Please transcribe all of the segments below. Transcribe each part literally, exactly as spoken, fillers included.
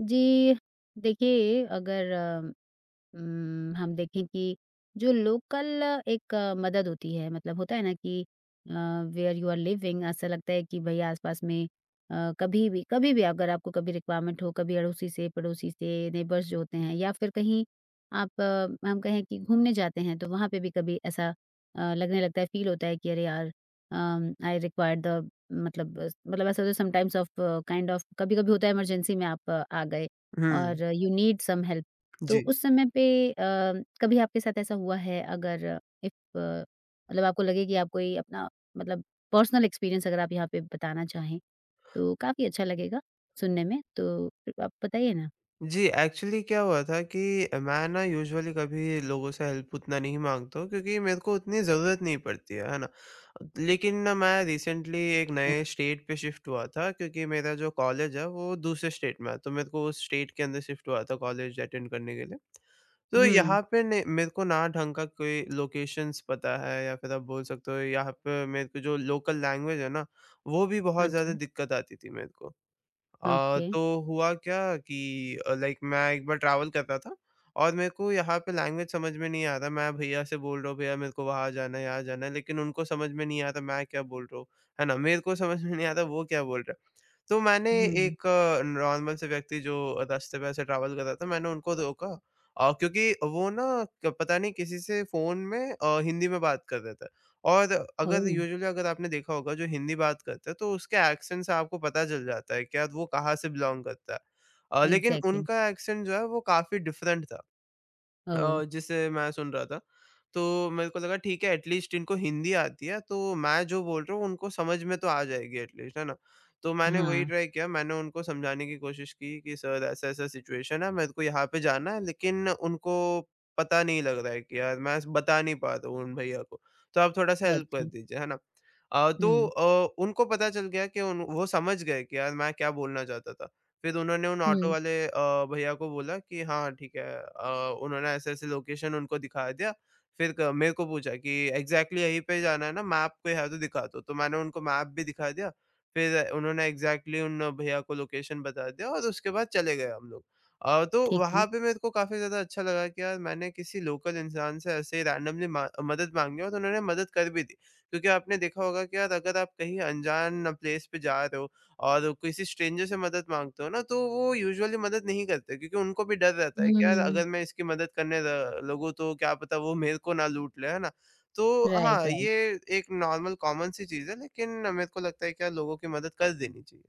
जी, देखिए, अगर अ, उम, हम देखें कि जो लोकल एक अ, मदद होती है, मतलब होता है ना कि uh, where you are living, ऐसा लगता है कि भई आस-पास में अ, कभी भी कभी भी अगर आपको कभी रिक्वायरमेंट हो, कभी अड़ोसी से, पड़ोसी से, नेबर्स जो होते हैं या फिर कहीं आप अ, हम कहें कि घूमने जाते हैं तो वहाँ पे भी कभी ऐसा अ, लगने लगता है, फ़ील होता है कि अरे यार, अम, आई रिक्वायर द, मतलब अ, मतलब ऐसा होता है समटाइम्स, ऑफ काइंड ऑफ कभी-कभी होता है, इमरजेंसी में आप अ, आ गए हुँ। और यू नीड सम हेल्प। तो जी। उस समय पे अ, कभी आपके साथ ऐसा हुआ है, अगर इफ मतलब आपको लगे कि आप कोई अपना, मतलब पर्सनल एक्सपीरियंस अगर आप यहाँ पे बताना चाहें, तो काफ़ी अच्छा लगेगा सुनने में, तो आप बताइए ना? जी, एक्चुअली क्या हुआ था कि मैं ना यूजुअली कभी लोगों से हेल्प उतना नहीं माँगता हूँ क्योंकि मेरे को उतनी ज़रूरत नहीं पड़ती है, है ना? लेकिन ना मैं रिसेंटली एक ओ। नए स्टेट पे शिफ्ट हुआ था क्योंकि मेरा जो कॉलेज है वो दूसरे स्टेट में है, तो मेरे को उस स्टेट के अंदर शिफ्ट हुआ था कॉलेज अटेंड करने के लिए। तो हुँ। यहाँ पे ने मेरे को ना ढंग का कोई लोकेशंस पता है या फिर आप बोल सकते हो यहाँ पे मेरे को जो लोकल लैंग्वेज है ना, वो भी बहुत ज़्यादा अच्छा। दिक्कत आती थी मेरे को। Uh, okay. तो हुआ क्या कि अ, लाइक मैं एक बार ट्रैवल कर रहा था और मेरे को यहाँ पे लैंग्वेज समझ में नहीं आ रहा। मैं भैया से बोल रहा हूँ, "भैया मेरे को वहाँ जाना है, यहाँ जाना है," लेकिन उनको समझ में नहीं आ रहा मैं क्या बोल रहा हूँ, है ना? मेरे को समझ में नहीं आ रहा वो क्या बोल रहा है। तो मैंने हुँ। एक नॉर्मल से व्यक्ति जो रास्ते पे ऐसे ट्रैवल कर रहा था, मैंने उनको रोका अ, क्योंकि वो ना क पता नहीं किसी से फ़ोन में अ, हिंदी में बात कर रहे थे। और अगर ओह! यूजुअली अगर आपने देखा होगा जो हिंदी बात करते हैं, तो उसके एक्सेंट से आपको पता चल जाता है कि यार वो कहाँ से बिलॉन्ग करता है। अ, लेकिन एग्ज़ैक्टली। उनका एक्सेंट जो है वो काफ़ी डिफरेंट था। ओह! अ, जिसे मैं सुन रहा था, तो मेरे को लगा ठीक है एटलीस्ट इनको हिंदी आती है, तो मैं जो बोल रहा हूँ उनको समझ में तो आ जाएगी एटलीस्ट, है ना? तो मैंने वही हाँ। ट्राई किया, मैंने उनको समझाने की कोशिश की कि सर ऐसा-ऐसा सिचुएशन है, मेरे को यहाँ पे जाना है लेकिन उनको पता नहीं लग रहा है कि यार मैं बता नहीं पा रहा हूँ उन भैया को, तो आप थोड़ा-सा हेल्प कर अच्छा। दीजिए, है ना? अ, तो हुँ। अ, उनको पता चल गया कि उन वो समझ गए कि यार मैं क्या बोलना चाहता था। फिर उन्होंने उन ऑटो हुँ। वाले अ, भैया को बोला कि हाँ, ठीक है अ, उन्होंने ऐसे-ऐसे लोकेशन उनको दिखा दिया। फिर क मेरे को पूछा कि एग्ज़ैक्टली यहीं पे जाना है ना? मैप कोई है तो दिखा दो। तो मैंने उनको मैप भी दिखा दिया। फिर उन्होंने एग्ज़ैक्टली उन भैया को लोकेशन बता दिया और उसके बाद चले गए हम लोग। अ, तो ठीक वहाँ है। पे मेरे को काफ़ी ज़्यादा अच्छा लगा कि यार मैंने किसी लोकल इंसान से ऐसे ही रैंडमली मा मदद माँगी और उन्होंने मदद कर भी दी। क्योंकि आपने देखा होगा कि यार अगर आप कहीं अनजान प्लेस पे जा रहे हो और किसी स्ट्रेंजर से मदद माँगते हो ना, तो वो यूजुअली मदद नहीं करते क्योंकि उनको भी डर रहता है कि यार हुँ। अगर मैं इसकी मदद करने ल लगूँ तो क्या पता वो मेरे को ना लूट ले, है ना? तो राइट, हाँ, राइट। ये एक नॉर्मल कॉमन सी चीज़ है लेकिन मेरे को लगता है कि यार लोगों की मदद कर देनी चाहिए।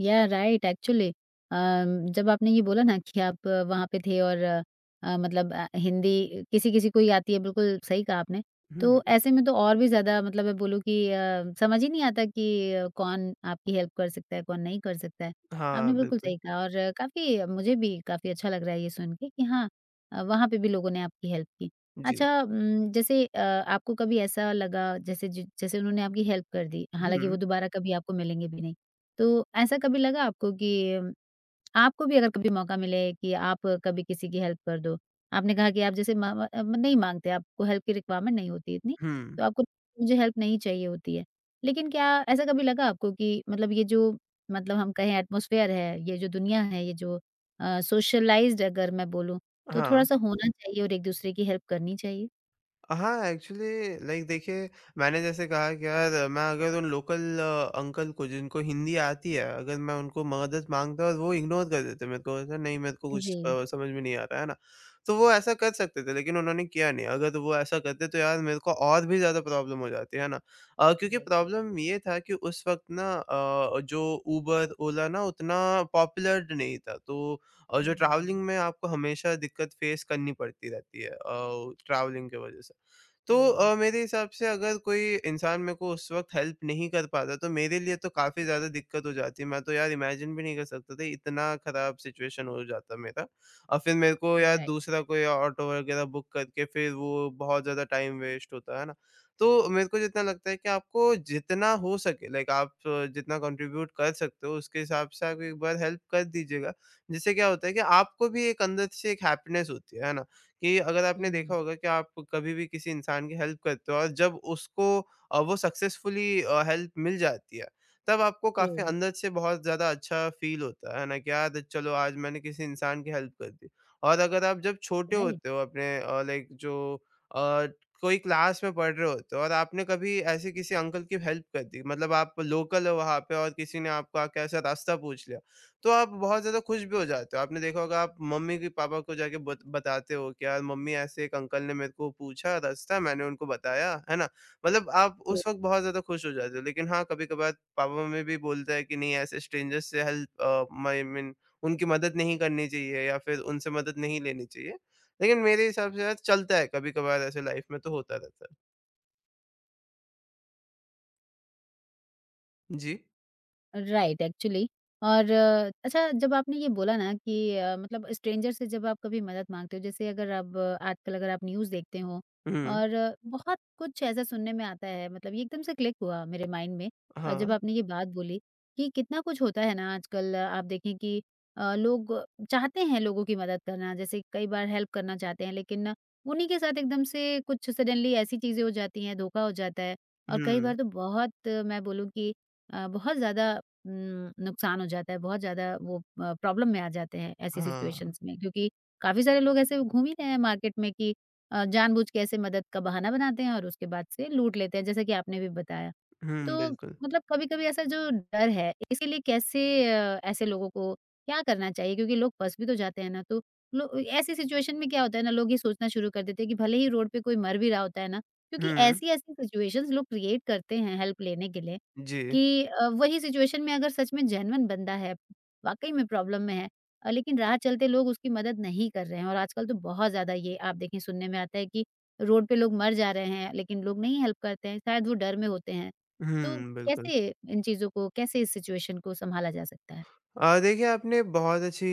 या राइट, एक्चुअली अम, जब आपने ये बोला ना कि आप अ, वहाँ पे थे और अ, अ, मतलब अ, हिंदी किसी-किसी को ही आती है, बिल्कुल सही कहा आपने। हुँ। तो ऐसे में तो और भी ज़्यादा, मतलब मैं बोलूँ कि अ, समझ ही नहीं आता कि अ, कौन आपकी हेल्प कर सकता है, कौन नहीं कर सकता है। हाँ, आपने बिल्कुल बिल्कुल। सही कहा, और अ, काफ़ी, मुझे भी काफ़ी अच्छा लग रहा है ये सुन के कि हाँ, अ, वहाँ पे भी लोगों ने आपकी हेल्प की। जी। अच्छा। उम, जैसे अ, आपको कभी ऐसा लगा, जैसे जि जैसे उन्होंने आपकी हेल्प कर दी, हालाँकि वो हुँ, दोबारा कभी आपको मिलेंगे भी नहीं। तो ऐसा कभी लगा आपको कि अम, आपको भी अगर कभी मौका मिले कि आप कभी किसी की हेल्प कर दो, आपने कहा कि आप जैसे म म अ, नहीं माँगते, आपको हेल्प की रिक्वायरमेंट नहीं होती इतनी, हुँ। तो आपको, मुझे हेल्प नहीं चाहिए होती है। लेकिन क्या ऐसा कभी लगा आपको कि मतलब ये जो, मतलब हम कहें एटमॉस्फेयर है, ये जो दुनिया है, ये जो अ, सोशलाइज़्ड अगर मैं बोलूँ, तो हाँ। थोड़ा-सा होना चाहिए और एक-दूसरे की हेल्प करनी चाहिए? हाँ, एक्चुअली लाइक देखिए, मैंने जैसे कहा कि यार मैं अगर उन लोकल अंकल को जिनको हिंदी आती है, अगर मैं उनको मदद माँगता और वो इग्नोर कर देते मेरे को ऐसा नहीं मेरे को कुछ जी। अ, समझ में नहीं आ रहा है ना? तो वो ऐसा कर सकते थे लेकिन उन्होंने किया नहीं। अगर वो ऐसा करते तो यार मेरे को और भी ज़्यादा प्रॉब्लम हो जाती, है ना? अ, क्योंकि एग्ज़ैक्टली। प्रॉब्लम ये था कि उस वक़्त ना अ, जो उबर, ओला ना उतना पॉपुलर नहीं था। तो अ, जो हुँ। ट्रैवलिंग में आपको हमेशा दिक्कत फेस करनी पड़ती रहती है अ, ट्रैवलिंग की वज़ह से। तो ट्रू। अ, मेरे हिसाब से अगर कोई इंसान मेरे को उस वक़्त हेल्प नहीं कर पाता, तो मेरे लिए तो काफ़ी ज़्यादा दिक्कत हो जाती। मैं तो यार इमेजिन भी नहीं कर सकता था, इतना ख़राब सिचुएशन हो जाता मेरा। और फिर मेरे को यार राइट। दूसरा कोई ऑटो वगैरह बुक करके फिर वो बहुत ज़्यादा टाइम वेस्ट होता, है ना? तो मेरे को जितना लगता है कि आपको जितना हो सके लाइक आप अ, जितना कंट्रीब्यूट कर सकते हो, उसके हिसाब से आप एक बार हेल्प कर दीजिएगा। जिससे क्या होता है कि आपको भी एक अंदर से एक हैप्पीनेस होती है, है ना? कि अगर आपने देखा हुँ। होगा कि आप कभी भी किसी इंसान की हेल्प करते हो और जब उसको अ, वो सक्सेसफुली अ, हेल्प मिल जाती है, तब आपको ट्रू। काफ़ी अंदर से बहुत ज़्यादा अच्छा फ़ील होता है ना कि यार चलो आज मैंने किसी इंसान की हेल्प कर दी। और अगर आप जब छोटे राइट। होते हो अपने अ, लाइक जो अ, कोई क्लास में पढ़ रहे होते हो और आपने कभी ऐसे किसी अंकल की हेल्प कर दी मतलब आप लोकल हो वहाँ पे और किसी ने आपको आके ऐसा रास्ता पूछ लिया। तो आप बहुत ज़्यादा खुश भी हो जाते हो। आपने देखा होगा आप मम्मी की पापा को जाके बत बताते हो कि यार मम्मी ऐसे एक अंकल ने मेरे को पूछा रास्ता मैंने उनको बताया, है ना? मतलब आप उस वक़्त बहुत ज़्यादा खुश हो जाते हो। लेकिन हाँ, कभी-कभार पापा-मम्मी भी बोलते हैं कि नहीं ऐसे स्ट्रेंजर्स से हेल्प अ, माई मीन उनकी मदद नहीं करनी चाहिए या फिर उनसे मदद नहीं लेनी चाहिए। लेकिन मेरे हिसाब से यार चलता है कभी-कभार ऐसे लाइफ़ में तो होता रहता है। जी। राइट, एक्चुअली और अ, अच्छा, जब आपने ये बोला ना कि अ, मतलब स्ट्रेंजर से जब आप कभी मदद मांगते हो, जैसे अगर अब आजकल अगर आप न्यूज़ देखते हो हुँ। और अ, बहुत कुछ ऐसा सुनने में आता है, मतलब ये एकदम से क्लिक हुआ मेरे माइंड में अ, जब हाँ। आपने ये बात बोली कि कितना कुछ होता है ना आजकल, अ, आप देखें कि अ, लोग चाहते हैं लोगों की मदद करना, जैसे कई बार हेल्प करना चाहते हैं, लेकिन उन्हीं के साथ एकदम से कुछ सडनली ऐसी चीज़ें हो जाती हैं, धोखा हो जाता है, और कई हुँ। बार तो बहुत, अ, मैं बोलूँ कि अ, बहुत ज़्यादा उम, नुकसान हो जाता है, बहुत ज़्यादा वो अ, प्रॉब्लम में आ जाते हैं ऐसी हाँ। सिचुएशंस में, क्योंकि काफ़ी सारे लोग ऐसे घूम ही रहे हैं मार्केट में कि अ, जानबूझ के ऐसे मदद का बहाना बनाते हैं और उसके बाद से लूट लेते हैं, जैसा कि आपने भी बताया। हुँ, तो बिल्कुल। मतलब कभी-कभी ऐसा जो डर है, इसके लिए कैसे, अ, ऐसे लोगों को क्या करना चाहिए? क्योंकि लोग फँस भी तो जाते हैं ना, तो लो ऐसी सिचुएशन में क्या होता है ना, लोग ये सोचना शुरू कर देते हैं कि भले ही रोड पे कोई मर भी रहा होता है ना, क्योंकि हुँ। ऐसी-ऐसी सिचुएशंस लोग क्रिएट करते हैं हेल्प लेने के लिए। जी। कि अ, वही सिचुएशन में अगर सच में जेन्युइन बंदा है, वाक़ई में प्रॉब्लम में है, अ, लेकिन राह चलते लोग उसकी मदद नहीं कर रहे हैं, और आजकल तो बहुत ज़्यादा ये आप देखें सुनने में आता है कि रोड पे लोग मर जा रहे हैं, लेकिन लोग नहीं हेल्प करते हैं, शायद वो डर में होते हैं। तो हुँ, बिल्कुल। कैसे, इन चीज़ों को कैसे, इस सिचुएशन को सँभाला जा सकता है? अ, देखिए आपने बहुत अच्छी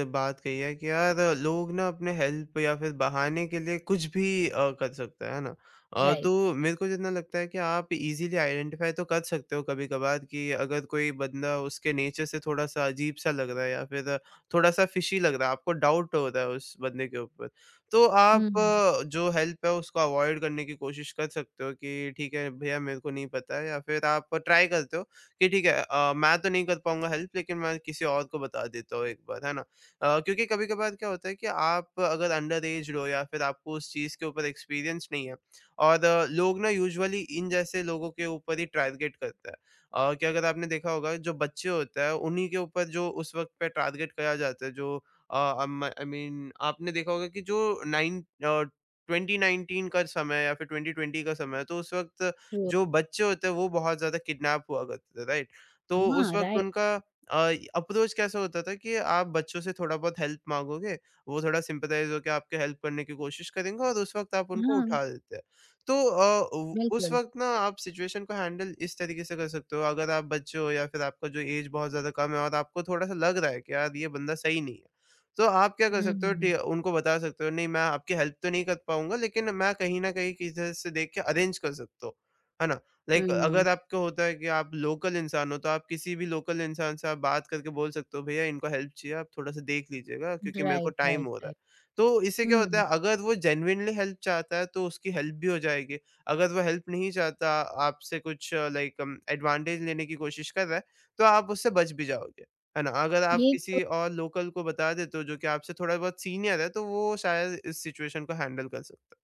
अ, बात कही है कि यार अ, लोग ना अपने हेल्प या फिर बहाने के लिए कुछ भी अ, कर सकते हैं, है ना? Uh, right. तो मेरे को जितना लगता है कि आप इज़िली आइडेंटिफ़ाई तो कर सकते हो कभी-कभार कि अगर कोई बंदा उसके नेचर से थोड़ा-सा अजीब-सा लग रहा है या फिर थोड़ा-सा फ़िशी लग रहा है, आपको डाउट हो रहा है उस बंदे के ऊपर। तो आप हुँ। अ, जो हेल्प है उसको अवॉइड करने की कोशिश कर सकते हो कि ठीक है भैया मेरे को नहीं पता है या फिर आप ट्राई करते हो कि ठीक है अ, मैं तो नहीं कर पाऊँगा हेल्प लेकिन मैं किसी और को बता देता हूँ एक बार, है ना? अ, क्योंकि कभी-कभार क्या होता है कि आप अगर अंडर एज्ड हो या फिर आपको उस चीज़ के ऊपर एक्सपीरियंस नहीं है और अ, लोग ना यूजुअली इन जैसे लोगों के ऊपर ही टारगेट करता है। अ, कि अगर आपने देखा होगा जो बच्चे होते हैं उन्हीं के ऊपर जो उस वक़्त पे टारगेट करा जाता है जो अ, अम, आई मीन आपने देखा होगा कि जो नाइन अ, ट्वेंटी नाइनटीन का समय या फिर ट्वेंटी ट्वेंटी का समय है तो उस वक़्त ट्रू। जो बच्चे होते हैं वो बहुत ज़्यादा किडनैप हुआ करते थे, राइट? तो उस हाँ, वक़्त राइट। उनका अ, अप्रोच कैसा होता था कि आप बच्चों से थोड़ा बहुत हेल्प माँगोगे, वो थोड़ा सिम्पैथाइज़ होके आपकी हेल्प करने की कोशिश करेंगे और उस वक़्त आप उनको हाँ, उठा देते हैं। तो अ, उ उस बिल्कुल। वक़्त ना आप सिचुएशन को हैंडल इस तरीके से कर सकते हो अगर आप बच्चे हो या फिर आपका जो एज बहुत ज़्यादा कम है और आपको थोड़ा-सा लग रहा है कि यार ये बंदा सही नहीं है। तो आप क्या कर हुँ, सकते हुँ, हो हुँ। टी उनको बता सकते हो नहीं मैं आपकी हेल्प तो नहीं कर पाऊँगा लेकिन मैं कहीं न कहीं किसी तरह से देख के अरेंज कर सकता हूँ। है ना? लाइक हुँ। अगर आपको होता है कि आप लोकल इंसान हो, तो आप किसी भी लोकल इंसान से आप बात करके बोल सकते हो, "भैया इनको हेल्प चाहिए, आप थोड़ा-सा देख लीजिएगा क्योंकि मेरे को राइट, टाइम राइट, हो रहा है।" राइट। तो इससे क्या होता हुँ। है अगर वो जेनुइनली हेल्प चाहता है, तो उसकी हेल्प भी हो जाएगी। अगर वो हेल्प नहीं चाहता, आपसे कुछ लाइक अम, एडवांटेज लेने की कोशिश कर रहा है, तो आप उससे बच भी जाओगे, है ना? अगर आप ये तो, किसी और लोकल को बता देते हो जो कि आपसे थोड़ा बहुत सीनियर है, तो वो शायद इस सिचुएशन को हैंडल कर सकता है।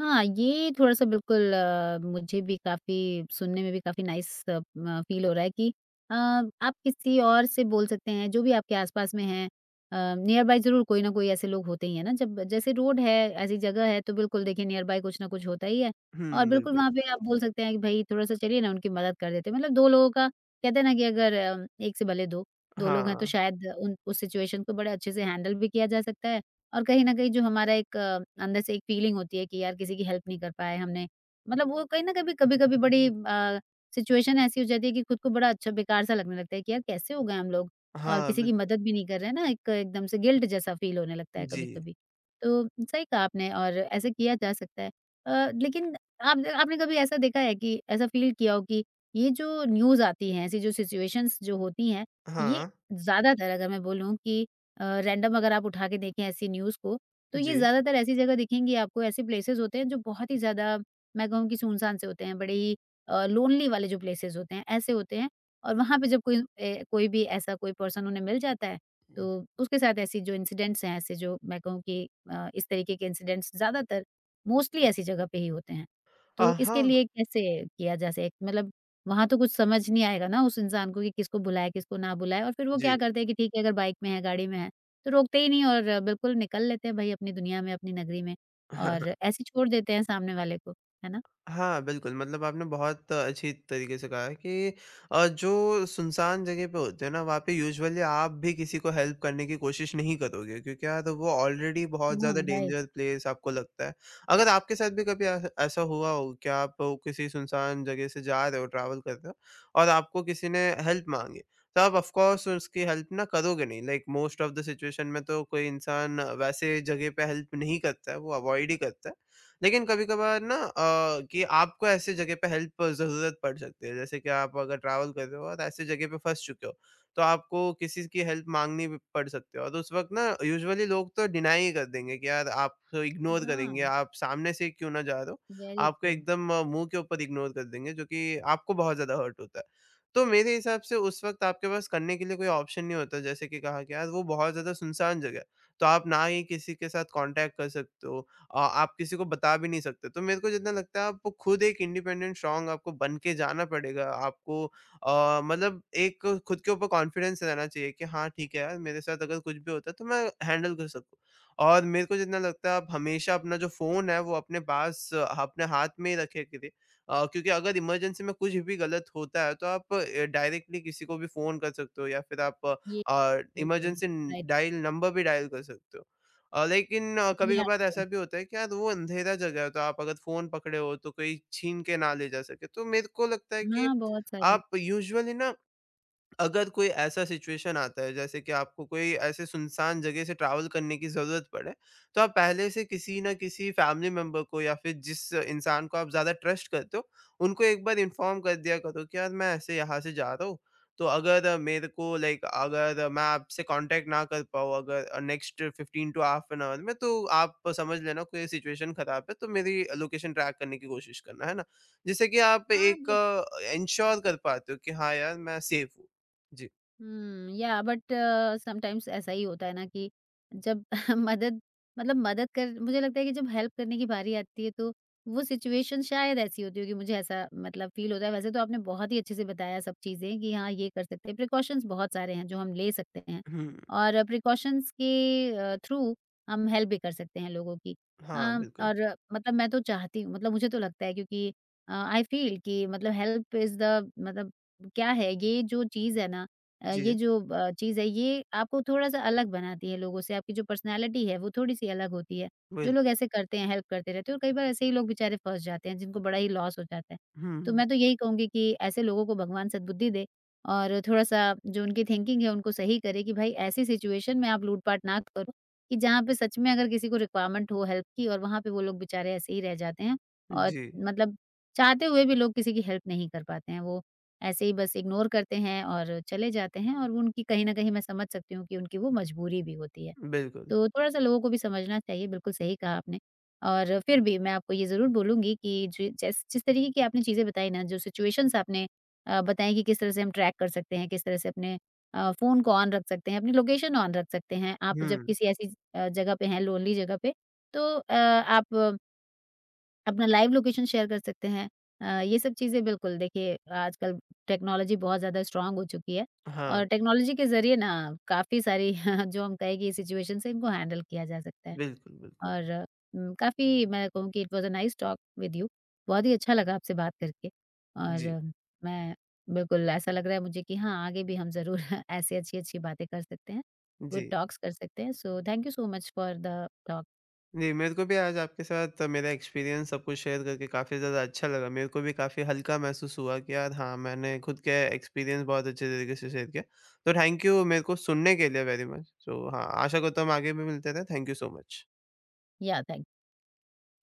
हाँ, ये थोड़ा-सा बिल्कुल, अ, मुझे भी काफ़ी, सुनने में भी काफ़ी नाइस, अ, म फ़ील हो रहा है कि अ, आप किसी और से बोल सकते हैं, जो भी आपके आस-पास में हैं। अ, नियर बाय ज़रूर कोई ना कोई ऐसे लोग होते ही हैं ना, जब जैसे रोड है, ऐसी जगह है, तो बिल्कुल देखिए, नियर बाय कुछ ना कुछ होता ही है। और हुँ, बिल्कुल बिल्कुल। वहाँ पे आप बोल सकते हैं कि भई थोड़ा-सा चलिए ना उनकी मदद कर देते हैं। मतलब दो लोगों का कहते हैं ना कि अगर अ, एक से भले दो, दो लोग हैं तो हाँ। शायद उन, उस सिचुएशन को बड़े अच्छे से हैंडल भी किया जा सकता है। और कहीं न कहीं जो हमारा एक, अ, अंदर से एक फीलिंग होती है कि यार किसी की हेल्प नहीं कर पाए हमने। मतलब वो कहीं न, कभी कभी-कभी बड़ी, अ, सिचुएशन ऐसी हो जाती है कि खुद को बड़ा अच्छा, बेकार-सा लगने लगता है कि यार कैसे हो गए हम लोग, और हाँ, किसी की बिल्कुल। मदद भी नहीं कर रहे हैं ना, एक एकदम से गिल्ट जैसा फ़ील होने लगता है जी। कभी-कभी। तो सही कहा आपने, और ऐसे किया जा सकता है। अ, लेकिन आप, आपने कभी ऐसा देखा है कि ऐसा फ़ील किया हो कि ये जो न्यूज़ आती है, ऐसी जो सिचुएशंस जो होती हैं, ये हाँ, ज़्यादातर, अगर मैं बोलूँ कि अ, रैंडम अगर आप उठा के देखें ऐसी न्यूज़ को, तो ये जी। ज़्यादातर ऐसी जगह दिखेंगी आपको, ऐसे प्लेसेस होते हैं जो बहुत ही ज़्यादा, मैं कहूँ कि सुनसान से होते हैं, बड़े ही अ, लोनली वाले जो प्लेसेस होते हैं, ऐसे होते हैं, और वहाँ पे जब कोई ए, कोई भी ऐसा कोई पर्सन उन्हें मिल जाता है, हुँ। तो उसके साथ ऐसी जो इंसिडेंट्स हैं, ऐसे जो मैं कहूँ कि अ, इस तरीके के इंसिडेंट्स ज़्यादातर, मोस्टली ऐसी जगह पे ही होते हैं। अ, तो इसके हाँ, लिए कैसे किया जा सके, मतलब वहाँ तो कुछ समझ नहीं आएगा ना उस इंसान को कि किसको बुलाएँ, किसको ना बुलाएँ, और फिर वो जी। क्या करते हैं कि ठीक है, अगर बाइक में है, गाड़ी में है, तो रोकते ही नहीं और बिल्कुल निकल लेते हैं भाई अपनी दुनिया में, अपनी नगरी में, हाँ, और ऐसे छोड़ देते हैं सामने वाले को, है ना? हाँ, बिल्कुल, मतलब आपने बहुत अच्छी तरीके से कहा है कि अ, जो सुनसान जगह पे होते हैं ना, वहाँ पे यूजुअली आप भी किसी को हेल्प करने की कोशिश नहीं करोगे, क्योंकि या तो वो ऑलरेडी बहुत ज़्यादा हाँ, राइट। डेंजर प्लेस आपको लगता है। अगर आपके साथ भी कभी ऐस ऐसा हुआ हो कि आप किसी सुनसान जगह से जा रहे हो, ट्रैवल कर रहे हो और आपको किसी ने हेल्प माँगी, तो आप ऑफ़ कोर्स उसकी हेल्प ना करोगे नहीं, like most of the situation में तो कोई इंसान वैसे जगह पे हेल्प नहीं करता है, वो अवॉइड ही करता है। लेकिन कभी-कभार ना अ, कि आपको ऐसे जगह पे हेल्प ज़रूरत पड़ सकती है। जैसे कि आप अगर ट्रैवल कर रहे हो और ऐसे जगह पे फँस चुके हो, तो आपको किसी की हेल्प माँगनी भी पड़ सकती है और उस वक़्त ना यूजुअली लोग तो डिनाई ही कर देंगे कि यार आप तो इग्नोर करेंगे, हाँ, आप सामने से क्यों ना जा रहे हो, वेरी आपको ट्रू। एकदम अ, मुँह के ऊपर इग्नोर कर देंगे, जो कि आपको बहुत ज़्यादा हर्ट होता है। तो मेरे हिसाब से उस वक़्त आपके पास करने के लिए कोई ऑप्शन नहीं होता, जैसे कि कहा कि यार वो बहुत ज़्यादा सुनसान जगह है, तो आप ना ही किसी के साथ कॉन्टैक्ट कर सकते हो, अ, आप किसी को बता भी नहीं सकते। तो मेरे को जितना लगता है आपको खुद एक इंडिपेंडेंट स्ट्रॉन्ग आपको बन के जाना पड़ेगा। आपको अ, मतलब एक खुद के ऊपर कॉन्फिडेंस रहना चाहिए कि हाँ, ठीक है यार मेरे साथ अगर कुछ भी होता है तो मैं हैंडल कर सकूँ। और मेरे को जितना लगता है आप हमेशा अपना जो फ़ोन है वो अपने पास अ, अपने हाथ में ही रखे करिए। अ, क्योंकि अगर इमरजेंसी में कुछ भी गलत होता है तो आप अ, डायरेक्टली किसी को भी फ़ोन कर सकते हो या फिर आप ये अ, बिल्कुल, इमरजेंसी राइट। डायल नंबर भी डायल कर सकते हो। अ, लेकिन या कभी-कभार ट्रू। ऐसा भी होता है कि यार वो अंधेरा जगह है तो आप अगर फ़ोन पकड़े हो तो कोई छीन के ना ले जा सके। तो मेरे को लगता है कि हाँ, बहुत सारी, आप यूजुअली ना अगर कोई ऐसा सिचुएशन आता है जैसे कि आपको कोई ऐसे सुनसान जगह से ट्रैवल करने की ज़रूरत पड़े, तो आप पहले से किसी न किसी फैमिली मेंबर को या फिर जिस इंसान को आप ज़्यादा ट्रस्ट करते हो, उनको एक बार इन्फॉर्म कर दिया करो कि यार मैं ऐसे यहाँ से जा रहा हूँ, तो अगर मेरे को लाइक अगर मैं आपसे कॉन्टैक्ट ना कर पाऊँ अगर next fifteen to half an hour में तो आप समझ लेना कोई सिचुएशन ख़राब है, तो मेरी लोकेशन ट्रैक करने की कोशिश करना, है ना? जिससे कि आप हाँ, एक बट, इंश्योर कर पाते हो कि हाँ यार, मैं सेफ हूँ। जी। हुँ, या बट समटाइम्स ऐसा ही होता है ना कि जब मदद मतलब मदद कर, मुझे लगता है कि जब हेल्प करने की बारी आती है तो वो सिचुएशन शायद ऐसी होती होगी, मुझे ऐसा मतलब फ़ील होता है। वैसे तो आपने बहुत ही अच्छे से बताया सब चीज़ें कि हाँ, ये कर सकते हैं, प्रिकॉशंस बहुत सारे हैं जो हम ले सकते हैं, हुँ, और प्रिकॉशंस के अ, थ्रू हम हेल्प भी कर सकते हैं लोगों की। अ, हाँ, बिल्कुल। और अ, मतलब मैं तो चाहती हूँ, मतलब मुझे तो लगता है क्योंकि अ, आई फ़ील कि मतलब हेल्प इज़ द, मतलब क्या है ये जो चीज़ है ना, अ, जी, ये जो अ, चीज़ है, ये आपको थोड़ा-सा अलग बनाती है लोगों से, आपकी जो पर्सनैलिटी है वो थोड़ी-सी अलग होती है। जो लोग बिल्कुल। ऐसे करते हैं, हेल्प करते रहते हैं, और कई बार ऐसे ही लोग बेचारे फँस जाते हैं जिनको बड़ा ही लॉस हो जाता है। तो हुँ, मैं तो यही कहूँगी कि ऐसे लोगों को भगवान सद्बुद्धि दे, और थोड़ा-सा जो उनकी थिंकिंग है उनको सही करे कि भाई ऐसी सिचुएशन में आप लूट-पाट ना करो, कि जहाँ पे सच में अगर किसी को रिक्वायरमेंट हो हेल्प की और वहाँ पे वो लोग बेचारे ऐसे ही रह जाते हैं, और जी, मतलब चाहते हुए भी लोग किसी की हेल्प नहीं कर पाते हैं। वो ऐसे ही बस इग्नोर करते हैं और चले जाते हैं, और वो उनकी, कहीं न कहीं मैं समझ सकती हूँ कि उनकी वो मजबूरी भी होती है। बिल्कुल। तो थोड़ा-सा लोगों को भी समझना चाहिए, बिल्कुल सही कहा आपने। और फिर भी मैं आपको ये ज़रूर बोलूँगी कि जि जैस जिस तरीके की आपने चीज़ें बताई ना, जो सिचुएशंस आपने अ, बताई कि किस तरह से हम ट्रैक कर सकते हैं, किस तरह से अपने अ, फ़ोन को ऑन रख सकते हैं, अपनी लोकेशन ऑन रख सकते हैं। आप जब हुँ, किसी ऐसी अ, जगह पे हैं, लोनली जगह पे, तो अ, आप अपना लाइव लोकेशन शेयर कर सकते हैं। अ, ये सब चीज़ें बिल्कुल देखिए, आजकल टेक्नोलॉजी बहुत ज़्यादा स्ट्रॉन्ग हो चुकी है, हाँ, और टेक्नोलॉजी के ज़रिए ना काफ़ी सारी जो हम कहें कि सिचुएशंस है, इनको हैंडल किया जा सकता है। बिल्कुल, बिल्कुल। और उम, काफ़ी, मैं कहूँ कि it was a nice talk with you. बहुत ही अच्छा लगा आपसे बात करके, और जी, अम, मैं बिल्कुल ऐसा लग रहा है मुझे कि हाँ, आगे भी हम ज़रूर ऐसी अच्छी-अच्छी बातें कर सकते हैं, जी। गुड टॉक्स कर सकते हैं। So thank you so much for the talk. जी, मेरे को भी आज आपके साथ मेरा एक्सपीरियंस सब कुछ शेयर करके काफ़ी ज़्यादा अच्छा लगा। मेरे को भी काफ़ी हल्का महसूस हुआ कि यार हाँ, मैंने खुद के एक्सपीरियंस बहुत अच्छे तरीके से शेयर किया। तो थैंक यू मेरे को सुनने के लिए वेरी मच। तो हाँ, आशा करता हूँ हम आगे भी मिलते रहें। Thank you so much. या थैंक